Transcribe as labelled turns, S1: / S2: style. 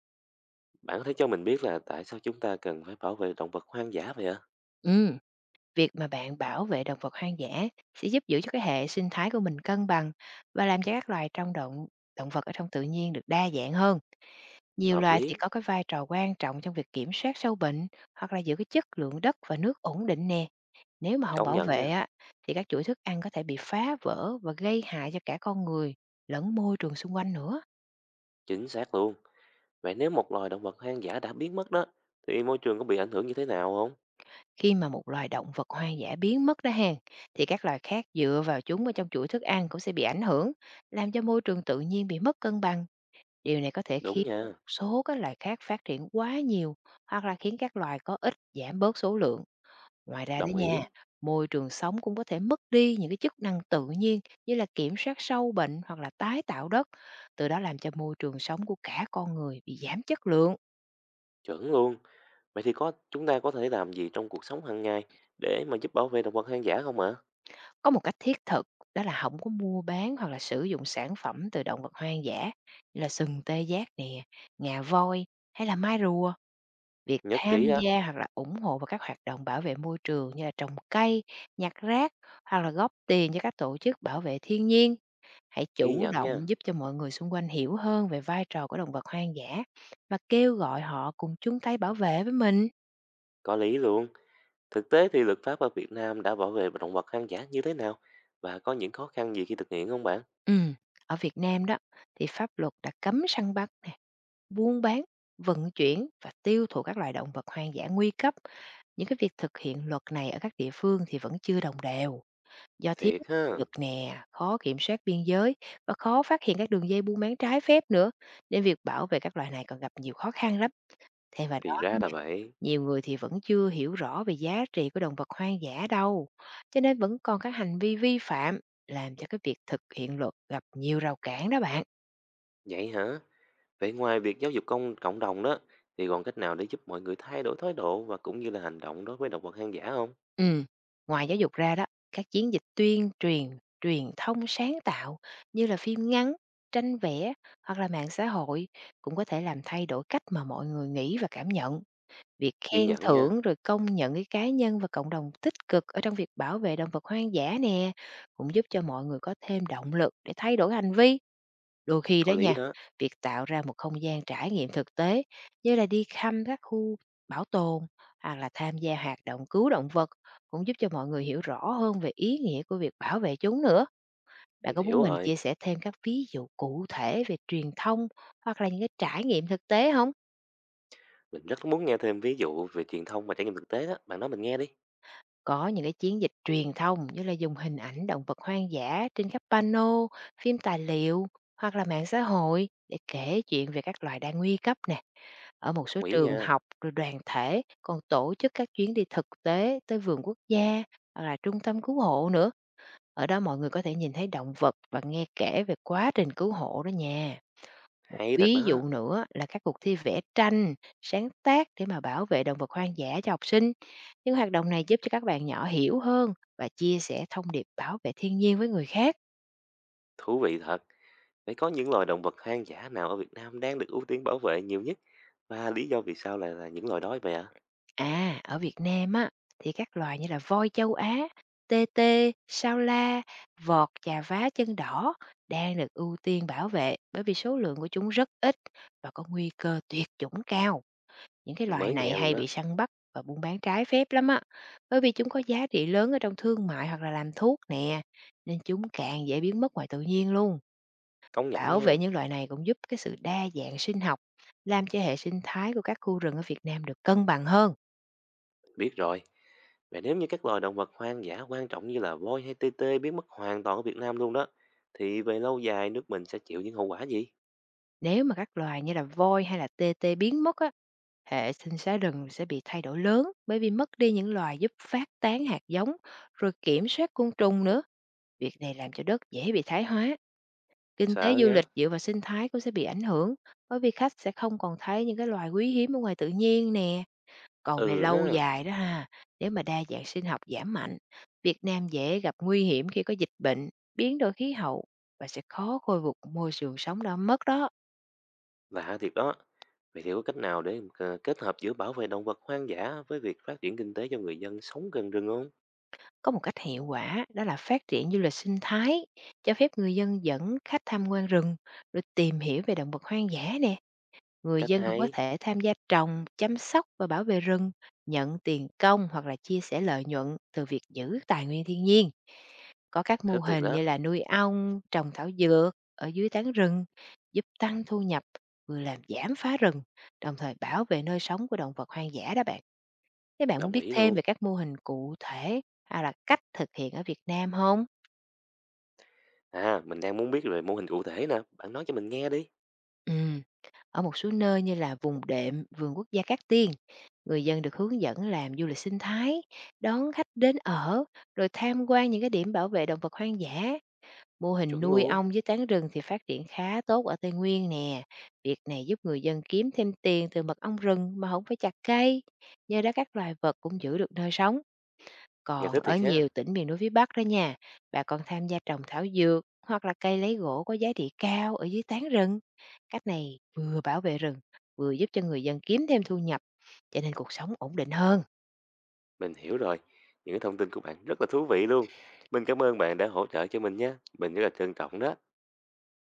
S1: Bạn có thể cho mình biết là tại sao chúng ta cần phải bảo vệ động vật hoang dã vậy ạ?
S2: Ừm, việc mà bạn bảo vệ động vật hoang dã sẽ giúp giữ cho cái hệ sinh thái của mình cân bằng và làm cho các loài trong động động vật ở trong tự nhiên được đa dạng hơn. Nhiều
S1: Hợp
S2: loài thì
S1: lý,
S2: có cái vai trò quan trọng trong việc kiểm soát sâu bệnh hoặc là giữ cái chất lượng đất và nước ổn định nè. Nếu mà không
S1: công
S2: bảo
S1: nhận
S2: vệ
S1: nha,
S2: á thì các chuỗi thức ăn có thể bị phá vỡ và gây hại cho cả con người lẫn môi trường xung quanh nữa.
S1: chính xác luôn. Vậy nếu một loài động vật hoang dã đã biến mất đó, thì môi trường có bị ảnh hưởng như thế nào không?
S2: Khi mà một loài động vật hoang dã biến mất đó hàng, thì các loài khác dựa vào chúng ở trong chuỗi thức ăn cũng sẽ bị ảnh hưởng, làm cho môi trường tự nhiên bị mất cân bằng. Điều này có thể
S1: Đúng
S2: khiến
S1: nha,
S2: một số các loài khác phát triển quá nhiều hoặc là khiến các loài có ít giảm bớt số lượng. Ngoài ra đó
S1: đồng ý,
S2: nha, môi trường sống cũng có thể mất đi những cái chức năng tự nhiên như là kiểm soát sâu bệnh hoặc là tái tạo đất, từ đó làm cho môi trường sống của cả con người bị giảm chất lượng.
S1: chuẩn luôn. Vậy thì chúng ta có thể làm gì trong cuộc sống hàng ngày để mà giúp bảo vệ động vật hoang dã không ạ?
S2: Có một cách thiết thực đó là không có mua bán hoặc là sử dụng sản phẩm từ động vật hoang dã như là sừng tê giác nè, ngà voi hay là mai rùa. Việc
S1: Nhất
S2: tham
S1: trí đó,
S2: gia hoặc là ủng hộ vào các hoạt động bảo vệ môi trường như là trồng cây, nhặt rác hoặc là góp tiền cho các tổ chức bảo vệ thiên nhiên. Hãy
S1: ghi
S2: chủ
S1: nhận nha,
S2: động giúp cho mọi người xung quanh hiểu hơn về vai trò của động vật hoang dã và kêu gọi họ cùng chung tay bảo vệ với mình.
S1: có lý luôn. Thực tế thì luật pháp ở Việt Nam đã bảo vệ động vật hoang dã như thế nào? Và có những khó khăn gì khi thực hiện không bạn?
S2: Ừm, ở Việt Nam đó thì pháp luật đã cấm săn bắt nè, buôn bán, vận chuyển và tiêu thụ các loài động vật hoang dã nguy cấp. Những cái việc thực hiện luật này ở các địa phương thì vẫn chưa đồng đều, do thiếu
S1: Thiệt ha,
S2: luật nè, khó kiểm soát biên giới và khó phát hiện các đường dây buôn bán trái phép nữa, nên việc bảo vệ các loài này còn gặp nhiều khó khăn lắm. Thêm vào đó,
S1: thì ra là
S2: Nha,
S1: vậy.
S2: nhiều người thì vẫn chưa hiểu rõ về giá trị của động vật hoang dã đâu, cho nên vẫn còn các hành vi vi phạm làm cho cái việc thực hiện luật gặp nhiều rào cản đó bạn.
S1: Vậy hả? Vậy ngoài việc giáo dục công cộng đồng đó, thì còn cách nào để giúp mọi người thay đổi thái độ và cũng như là hành động đối với động vật hoang dã không?
S2: Ừm, ngoài giáo dục ra đó, các chiến dịch tuyên truyền, truyền thông sáng tạo như là phim ngắn, tranh vẽ hoặc là mạng xã hội cũng có thể làm thay đổi cách mà mọi người nghĩ và cảm nhận. Việc
S1: Ghi
S2: khen
S1: nhận nha,
S2: thưởng rồi công nhận cái cá nhân và cộng đồng tích cực ở trong việc bảo vệ động vật hoang dã nè cũng giúp cho mọi người có thêm động lực để thay đổi hành vi. Đôi khi
S1: có
S2: đó
S1: lý
S2: nha,
S1: đó,
S2: việc tạo ra một không gian trải nghiệm thực tế như là đi thăm các khu bảo tồn hoặc là tham gia hoạt động cứu động vật cũng giúp cho mọi người hiểu rõ hơn về ý nghĩa của việc bảo vệ chúng nữa. Bạn
S1: mình
S2: có muốn
S1: hiểu
S2: mình
S1: rồi.
S2: chia sẻ thêm các ví dụ cụ thể về truyền thông hoặc là những cái trải nghiệm thực tế không?
S1: Mình rất muốn nghe thêm ví dụ về truyền thông và trải nghiệm thực tế đó, bạn nói mình nghe đi.
S2: Có những cái chiến dịch truyền thông như là dùng hình ảnh động vật hoang dã trên các pano, phim tài liệu hoặc là mạng xã hội để kể chuyện về các loài đang nguy cấp nè. Ở một số
S1: Đồng ý
S2: trường
S1: nha,
S2: học rồi đoàn thể còn tổ chức các chuyến đi thực tế tới vườn quốc gia hoặc là trung tâm cứu hộ nữa. Ở đó mọi người có thể nhìn thấy động vật và nghe kể về quá trình cứu hộ đó nha. Một
S1: hay thật
S2: ví
S1: đó,
S2: dụ nữa là các cuộc thi vẽ tranh, sáng tác để mà bảo vệ động vật hoang dã cho học sinh. Những hoạt động này giúp cho các bạn nhỏ hiểu hơn và chia sẻ thông điệp bảo vệ thiên nhiên với người khác.
S1: thú vị thật. Vậy có những loài động vật hoang dã nào ở Việt Nam đang được ưu tiên bảo vệ nhiều nhất? Và lý do vì sao lại là những loài đó vậy ạ?
S2: À, ở Việt Nam á, thì các loài như là voi châu Á, tê tê, sao la, vọt chà vá chân đỏ đang được ưu tiên bảo vệ bởi vì số lượng của chúng rất ít và có nguy cơ tuyệt chủng cao. Những cái loài
S1: Mới
S2: này
S1: nghe luôn
S2: hay
S1: đó,
S2: bị săn bắt và buôn bán trái phép lắm á, bởi vì chúng có giá trị lớn ở trong thương mại hoặc là làm thuốc nè, nên chúng càng dễ biến mất ngoài tự nhiên luôn.
S1: công nhận
S2: Bảo
S1: nha.
S2: vệ những loài này cũng giúp cái sự đa dạng sinh học, làm cho hệ sinh thái của các khu rừng ở Việt Nam được cân bằng hơn.
S1: Biết rồi, vậy nếu như các loài động vật hoang dã quan trọng như là voi hay tê tê biến mất hoàn toàn ở Việt Nam luôn đó, thì về lâu dài nước mình sẽ chịu những hậu quả gì?
S2: Nếu mà các loài như là voi hay là tê tê biến mất á, hệ sinh thái rừng sẽ bị thay đổi lớn bởi vì mất đi những loài giúp phát tán hạt giống rồi kiểm soát côn trùng nữa. Việc này làm cho đất dễ bị thái hóa. Kinh tế
S1: Sợ
S2: du lịch
S1: nhá.
S2: dựa vào sinh thái cũng sẽ bị ảnh hưởng bởi vì khách sẽ không còn thấy những cái loài quý hiếm ở ngoài tự nhiên nè. Còn về
S1: Ừ
S2: lâu
S1: ha,
S2: dài đó ha, nếu mà đa dạng sinh học giảm mạnh, Việt Nam dễ gặp nguy hiểm khi có dịch bệnh, biến đổi khí hậu và sẽ khó khôi phục môi trường sống đã mất đó.
S1: lạ thiệt đó. Vậy thì có cách nào để kết hợp giữa bảo vệ động vật hoang dã với việc phát triển kinh tế cho người dân sống gần rừng không?
S2: Có một cách hiệu quả đó là phát triển du lịch sinh thái, cho phép người dân dẫn khách tham quan rừng, rồi tìm hiểu về động vật hoang dã nè. Người
S1: Cách
S2: dân cũng có
S1: hay,
S2: thể tham gia trồng, chăm sóc và bảo vệ rừng, nhận tiền công hoặc là chia sẻ lợi nhuận từ việc giữ tài nguyên thiên nhiên. Có các mô
S1: thích thiệt
S2: hình
S1: đó,
S2: như là nuôi ong, trồng thảo dược ở dưới tán rừng, giúp tăng thu nhập, vừa làm giảm phá rừng, đồng thời bảo vệ nơi sống của động vật hoang dã đó bạn. Thế bạn muốn
S1: đồng
S2: biết
S1: ý
S2: thêm
S1: luôn.
S2: về các mô hình cụ thể hay là cách thực hiện ở Việt Nam không?
S1: À, mình đang muốn biết về mô hình cụ thể nè, bạn nói cho mình nghe đi.
S2: Ừm, ở một số nơi như là vùng đệm, vườn quốc gia Cát Tiên, người dân được hướng dẫn làm du lịch sinh thái, đón khách đến ở, rồi tham quan những cái điểm bảo vệ động vật hoang dã. Mô hình
S1: Chuẩn
S2: nuôi
S1: luôn,
S2: ong với tán rừng thì phát triển khá tốt ở Tây Nguyên nè. Việc này giúp người dân kiếm thêm tiền từ mật ong rừng mà không phải chặt cây. Nhờ đó các loài vật cũng giữ được nơi sống.
S1: nghe
S2: Còn
S1: thích
S2: ở
S1: thiệt ha.
S2: nhiều tỉnh miền núi phía Bắc đó nha, bà còn tham gia trồng thảo dược hoặc là cây lấy gỗ có giá trị cao ở dưới tán rừng. Cách này vừa bảo vệ rừng, vừa giúp cho người dân kiếm thêm thu nhập, cho nên cuộc sống ổn định hơn.
S1: Mình hiểu rồi. Những cái thông tin của bạn rất là thú vị luôn. Mình cảm ơn bạn đã hỗ trợ cho mình nhé. Mình rất là trân trọng đó.